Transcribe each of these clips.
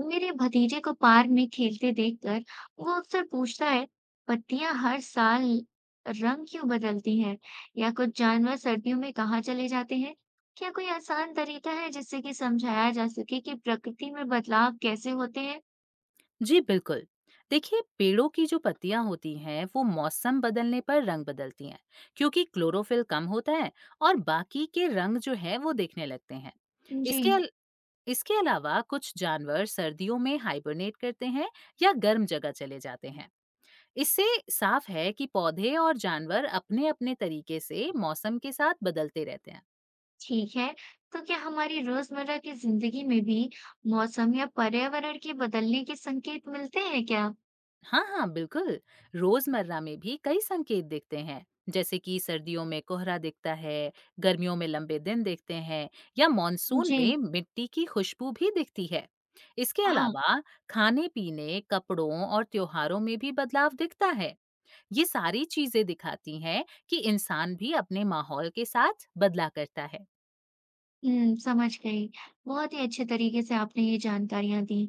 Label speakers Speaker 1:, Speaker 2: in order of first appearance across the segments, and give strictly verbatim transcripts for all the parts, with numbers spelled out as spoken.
Speaker 1: मेरे भतीजे को पार्क में खेलते देखकर वो अक्सर पूछता है पत्तियां हर साल रंग क्यों बदलती हैं या कुछ जानवर सर्दियों में कहाँ चले जाते हैं। क्या कोई आसान तरीका है जिससे कि समझाया जा सके कि प्रकृति में बदलाव कैसे होते हैं।
Speaker 2: जी बिल्कुल। देखिए पेड़ों की जो पत्तियां होती हैं वो मौसम बदलने पर रंग बदलती हैं क्योंकि क्लोरोफिल कम होता है और बाकी के रंग जो है वो देखने लगते हैं।
Speaker 1: जी।
Speaker 2: इसके अल, इसके अलावा कुछ जानवर सर्दियों में हाइबरनेट करते हैं या गर्म जगह चले जाते हैं। इससे साफ है कि पौधे और जानवर अपने अपने तरीके से मौसम के साथ बदलते रहते हैं।
Speaker 1: ठीक है। तो क्या हमारी रोजमर्रा की जिंदगी में भी मौसम या पर्यावरण के बदलने के संकेत मिलते हैं क्या।
Speaker 2: हाँ हाँ बिल्कुल। रोजमर्रा में भी कई संकेत दिखते हैं जैसे कि सर्दियों में कोहरा दिखता है, गर्मियों में लंबे दिन दिखते हैं या मॉनसून
Speaker 1: जी
Speaker 2: में मिट्टी की खुशबू भी दिखती है। इसके
Speaker 1: हाँ।
Speaker 2: अलावा खाने पीने कपड़ों और त्योहारों में भी बदलाव दिखता है। ये सारी चीजें दिखाती हैं कि इंसान भी अपने माहौल के साथ बदला करता है।
Speaker 1: हुँ, समझ गई। बहुत ही अच्छे तरीके से आपने ये जानकारियाँ दी।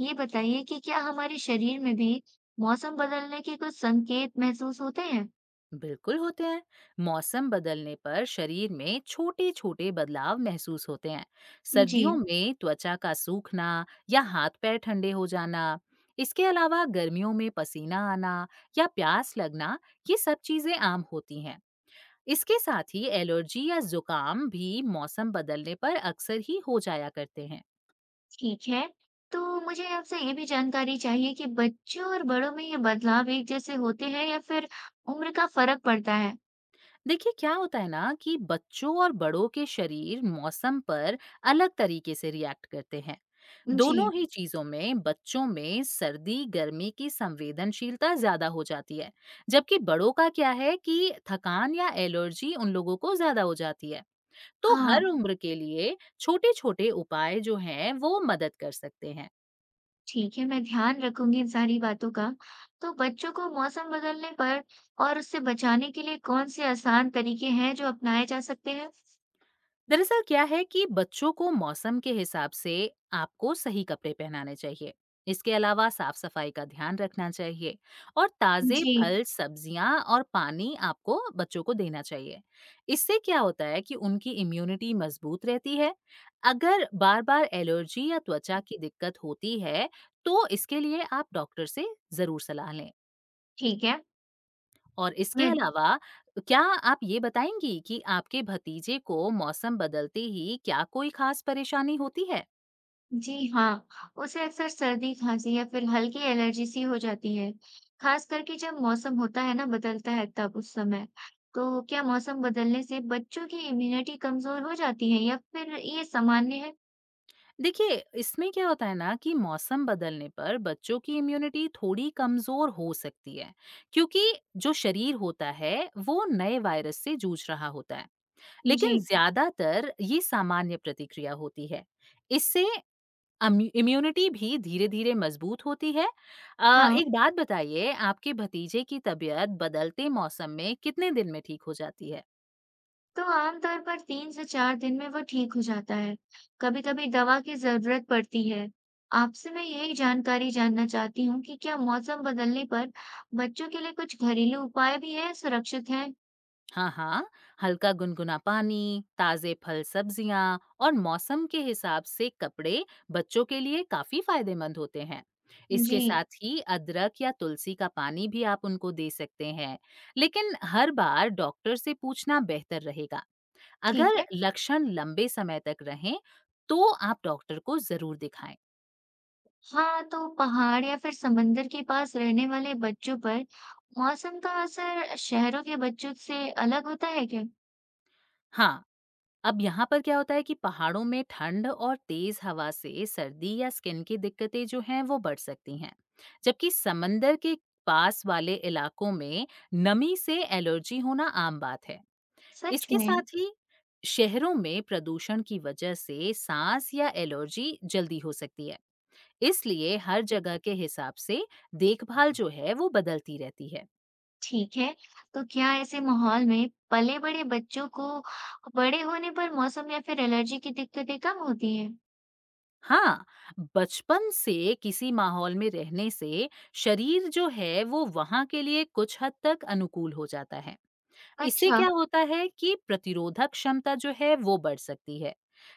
Speaker 1: ये बताइए कि क्या हमारे शरीर में भी मौसम बदलने के कुछ संकेत महसूस होते हैं?
Speaker 2: बिल्कुल होते हैं। मौसम बदलने पर शरीर में छोटे छोटे बदलाव महसूस होते हैं।
Speaker 1: जी।
Speaker 2: सर्दियों में त्वचा का सूखना या हाथ पैर ठंडे हो जाना। इसके अलावा गर्मियों में पसीना आना या प्यास लगना, ये सब चीजें आम होती हैं। इसके साथ ही एलर्जी या जुकाम भी मौसम बदलने पर अक्सर ही हो जाया करते हैं।
Speaker 1: ठीक है। तो मुझे आपसे ये भी जानकारी चाहिए कि बच्चों और बड़ों में ये बदलाव एक जैसे होते हैं या फिर उम्र का फ़र्क पड़ता है?
Speaker 2: देखिए क्या होता है ना कि बच्चों और बड़ों के शरीर मौसम पर अलग तरीके से रिएक्ट करते हैं।
Speaker 1: जी।
Speaker 2: दोनों ही चीजों में बच्चों में सर्दी गर्मी की संवेदनशीलता ज्यादा हो जाती है, जबकि बड़ों का क्या है कि थकान या एलर्जी उन लोगों को ज्यादा हो जाती है। तो
Speaker 1: हाँ,
Speaker 2: हर उम्र के लिए छोटे छोटे उपाय जो हैं वो मदद कर सकते हैं।
Speaker 1: ठीक है, मैं ध्यान रखूँगी इन सारी बातों का। तो बच्चों को मौसम बदलने पर और उससे बचाने के लिए कौन से आसान तरीके हैं जो अपनाए जा सकते हैं?
Speaker 2: दरअसल क्या है कि बच्चों को मौसम के हिसाब से आपको सही कपड़े पहनाने चाहिए। इसके अलावा साफ सफाई का ध्यान रखना चाहिए और ताज़े
Speaker 1: जी।
Speaker 2: फल, सब्जियां और पानी आपको बच्चों को देना चाहिए। इससे क्या होता है कि उनकी इम्यूनिटी मजबूत रहती है। अगर बार-बार एलर्जी या त्वचा की दिक्कत होती है, तो इसके लिए आप डॉक्टर से ज़रूर सलाह लें।
Speaker 1: ठीक है।
Speaker 2: और इसके
Speaker 1: मैं।
Speaker 2: अलावा क्या आप ये बताएँगी कि आपके भतीजे को मौसम बदलते ही क्या कोई ख़ास परेशानी होती है?
Speaker 1: जी हाँ, उसे अक्सर सर्दी, खाँसी या फिर हल्की एलर्जी सी हो जाती है। खास करके जब मौसम होता है ना बदलता है तब उस समय। तो क्या मौसम बदलने से बच्चों की इम्यूनिटी कमज़ोर हो जाती है या फिर ये सामान्य है?
Speaker 2: देखिए, इसमें क्या होता है ना कि मौसम बदलने पर बच्चों की इम्यूनिटी थोड़ी कमज़ोर हो सकती है, क्योंकि जो शरीर होता है, वो नए वायरस से जूझ रहा होता है। लेकिन
Speaker 1: जी,
Speaker 2: ज़्यादातर ये सामान्य प्रतिक्रिया होती है। इससे अम्यू इम्यूनिटी भी धीरे-धीरे मज़बूत होती है। अ,
Speaker 1: हाँ।
Speaker 2: एक बात बताइए, आपके भतीजे की तबीयत बदलते मौसम में कितने दिन में ठीक हो जाती है?
Speaker 1: तो आमतौर पर तीन से चार दिन में वो ठीक हो जाता है। कभी-कभी दवा की ज़रूरत पड़ती है। आपसे मैं यही जानकारी जानना चाहती हूँ कि क्या मौसम बदलने पर बच्चों के लिए कुछ घरेलू उपाय भी हैं, सुरक्षित हैं?
Speaker 2: हाँ, हाँ, हल्का गुनगुना पानी, ताज़े फल-सब्जियाँ और मौसम के हिसाब से कपड़े बच्चों के लिए काफ़ी फ़ायदेमंद होते हैं। इसके
Speaker 1: जी,
Speaker 2: साथ ही अदरक या तुलसी का पानी भी आप उनको दे सकते हैं, लेकिन हर बार डॉक्टर से पूछना बेहतर रहेगा।
Speaker 1: ठीक
Speaker 2: अगर
Speaker 1: है।
Speaker 2: लक्षण लंबे समय तक रहें, तो आप डॉक्टर को ज़रूर दिखाएँ।
Speaker 1: हाँ, तो पहाड़ या फिर समंदर के पास रहने वाले बच्चों पर मौसम का असर शहरों के बच्चों से अलग होता है क्या?
Speaker 2: हाँ, अब यहाँ पर क्या होता है कि पहाड़ों में ठंड और तेज़ हवा से सर्दी या स्किन की दिक्कतें जो हैं, वो बढ़ सकती हैं। जबकि समंदर के पास वाले इलाकों में नमी से एलर्जी होना आम बात है।
Speaker 1: सच
Speaker 2: इसके
Speaker 1: में?
Speaker 2: साथ ही शहरों में प्रदूषण की वजह से सांस या एलर्जी जल्दी हो सकती है। इसलिए हर जगह के हिसाब से देखभाल जो है, वो बदलती रहती है।
Speaker 1: ठीक है। तो क्या ऐसे माहौल में पले-बड़े बच्चों को बड़े होने पर मौसम या फिर एलर्जी की दिक्कतें कम होती हैं?
Speaker 2: हाँ, बचपन से किसी माहौल में रहने से शरीर जो है वो वहाँ के लिए कुछ हद तक अनुकूल हो जाता है। इससे
Speaker 1: अच्छा,
Speaker 2: क्या होता है कि प्रतिरोधक क्षमता जो है वो बढ़ सकती है।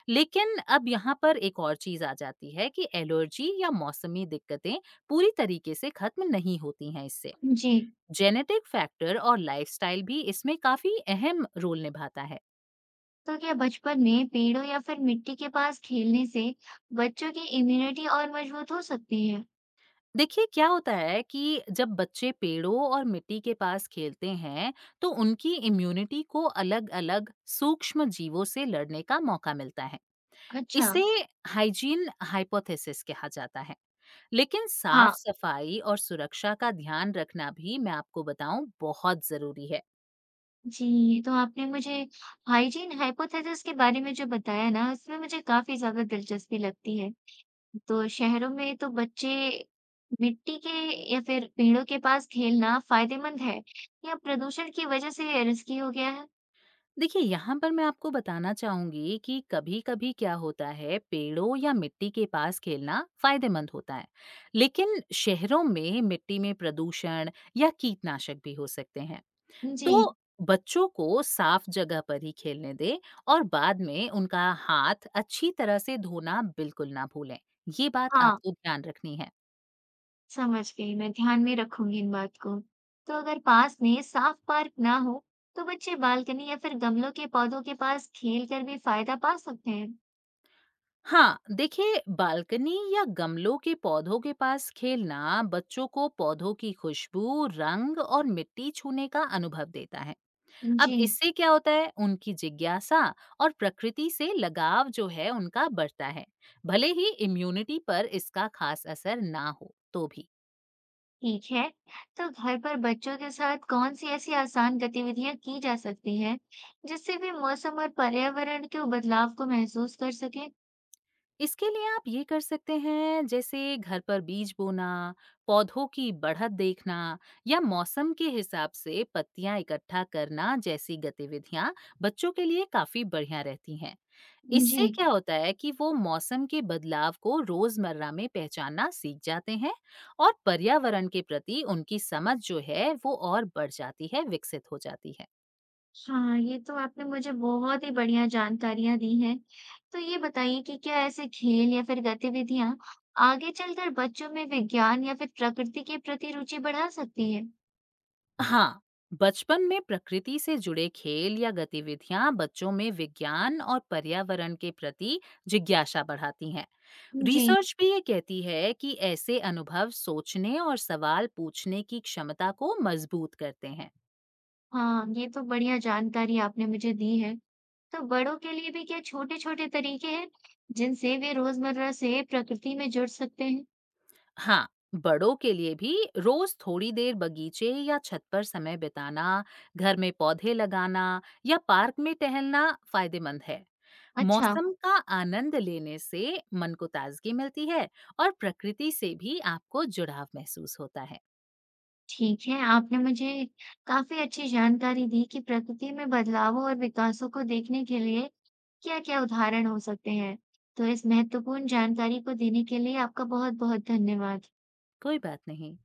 Speaker 2: लेकिन अब यहाँ पर एक और चीज आ जाती है कि एलर्जी या मौसमी दिक्कतें पूरी तरीके से खत्म नहीं होती हैं इससे।
Speaker 1: जी।
Speaker 2: जेनेटिक फैक्टर और लाइफस्टाइल भी इसमें काफी अहम रोल निभाता है।
Speaker 1: तो क्या बचपन में पेड़ों या फिर मिट्टी के पास खेलने से बच्चों की इम्यूनिटी और मजबूत हो सकती है?
Speaker 2: देखिए क्या होता है कि जब बच्चे पेड़ों और मिट्टी के पास खेलते हैं तो उनकी इम्यूनिटी को अलग-अलग सूक्ष्म जीवों से लड़ने का मौका मिलता है।
Speaker 1: अच्छा,
Speaker 2: इसे हाइजीन हाइपोथेसिस कहा जाता है। लेकिन साफ
Speaker 1: हाँ।
Speaker 2: सफाई और सुरक्षा का ध्यान रखना भी, मैं आपको बताऊं, बहुत जरूरी है।
Speaker 1: जी, तो आपने मुझे हाइजीन हाइपोथेसिस के बारे में जो बताया ना, इसमें मुझे काफ़ी ज़्यादा दिलचस्पी लगती है। तो शहरों में तो बच्चे मिट्टी के या फिर पेड़ों के पास खेलना फ़ायदेमंद है या प्रदूषण की वजह से रिस्की हो गया है?
Speaker 2: देखिए यहाँ पर मैं आपको बताना चाहूंगी कि कभी-कभी क्या होता है पेड़ों या मिट्टी के पास खेलना फायदेमंद होता है, लेकिन शहरों में मिट्टी में प्रदूषण या कीटनाशक भी हो सकते हैं।
Speaker 1: जी,
Speaker 2: तो बच्चों को साफ जगह पर ही खेलने दें और बाद में उनका हाथ अच्छी तरह से धोना बिल्कुल ना भूलें। ये बात
Speaker 1: हाँ,
Speaker 2: आपको ध्यान रखनी है।
Speaker 1: समझ गई। मैं ध्यान में रखूंगी इन बात को। तो अगर पास में साफ पार्क ना हो, तो बच्चे बालकनी या फिर गमलों के पौधों के पास खेल कर भी फ़ायदा पा सकते हैं।
Speaker 2: हाँ, देखिए बालकनी या गमलों के पौधों के पास खेलना बच्चों को पौधों की खुशबू, रंग और मिट्टी छूने का अनुभव देता है। अब
Speaker 1: जी।
Speaker 2: इससे क्या होता है? उनकी जिज्ञासा और प्रकृति से लगाव जो है उनका बढ़ता है। भले ही इम्यूनिटी पर इसका खास असर ना हो तो भी।
Speaker 1: ठीक है, तो घर पर बच्चों के साथ कौन सी ऐसी आसान गतिविधियां की जा सकती हैं, जिससे वे मौसम और पर्यावरण के बदलाव को महसूस कर सकें?
Speaker 2: इसके लिए आप ये कर सकते हैं जैसे घर पर बीज बोना, पौधों की बढ़त देखना या मौसम के हिसाब से पत्तियां इकट्ठा करना जैसी गतिविधियां बच्चों के लिए काफी बढ़िया रहती हैं। इससे
Speaker 1: जी,
Speaker 2: क्या होता है कि वो मौसम के बदलाव को रोजमर्रा में पहचानना सीख जाते हैं और पर्यावरण के प्रति उनकी समझ जो है वो और बढ़ जाती है, विकसित हो जाती है।
Speaker 1: हाँ, ये तो आपने मुझे बहुत ही बढ़िया जानकारियां दी हैं। तो ये बताइए कि क्या ऐसे खेल या फिर गतिविधियां आगे चलकर बच्चों में विज्ञान या फिर प्रकृति के प्रति रुचि बढ़ा सकती है?
Speaker 2: हाँ, बचपन में प्रकृति से जुड़े खेल या गतिविधियां बच्चों में विज्ञान और पर्यावरण के प्रति जिज्ञासा बढ़ाती हैं।
Speaker 1: जी,
Speaker 2: रिसर्च भी ये कहती है कि ऐसे अनुभव सोचने और सवाल पूछने की क्षमता को मजबूत करते हैं।
Speaker 1: हाँ, ये तो बढ़िया जानकारी आपने मुझे दी है। तो बड़ों के लिए भी क्या छोटे-छोटे तरीके हैं जिनसे वे रोजमर्रा से प्रकृति में जुड़ सकते हैं?
Speaker 2: हाँ, बड़ों के लिए भी रोज थोड़ी देर बगीचे या छत पर समय बिताना, घर में पौधे लगाना या पार्क में टहलना फायदेमंद है।
Speaker 1: अच्छा,
Speaker 2: मौसम का आनंद लेने से मन को ताजगी मिलती है और प्रकृति से भी आपको जुड़ाव महसूस होता है।
Speaker 1: ठीक है। आपने मुझे काफी अच्छी जानकारी दी कि प्रकृति में बदलावों और विकासों को देखने के लिए क्या-क्या उदाहरण हो सकते हैं। तो इस महत्वपूर्ण जानकारी को देने के लिए आपका बहुत-बहुत धन्यवाद।
Speaker 2: कोई बात नहीं।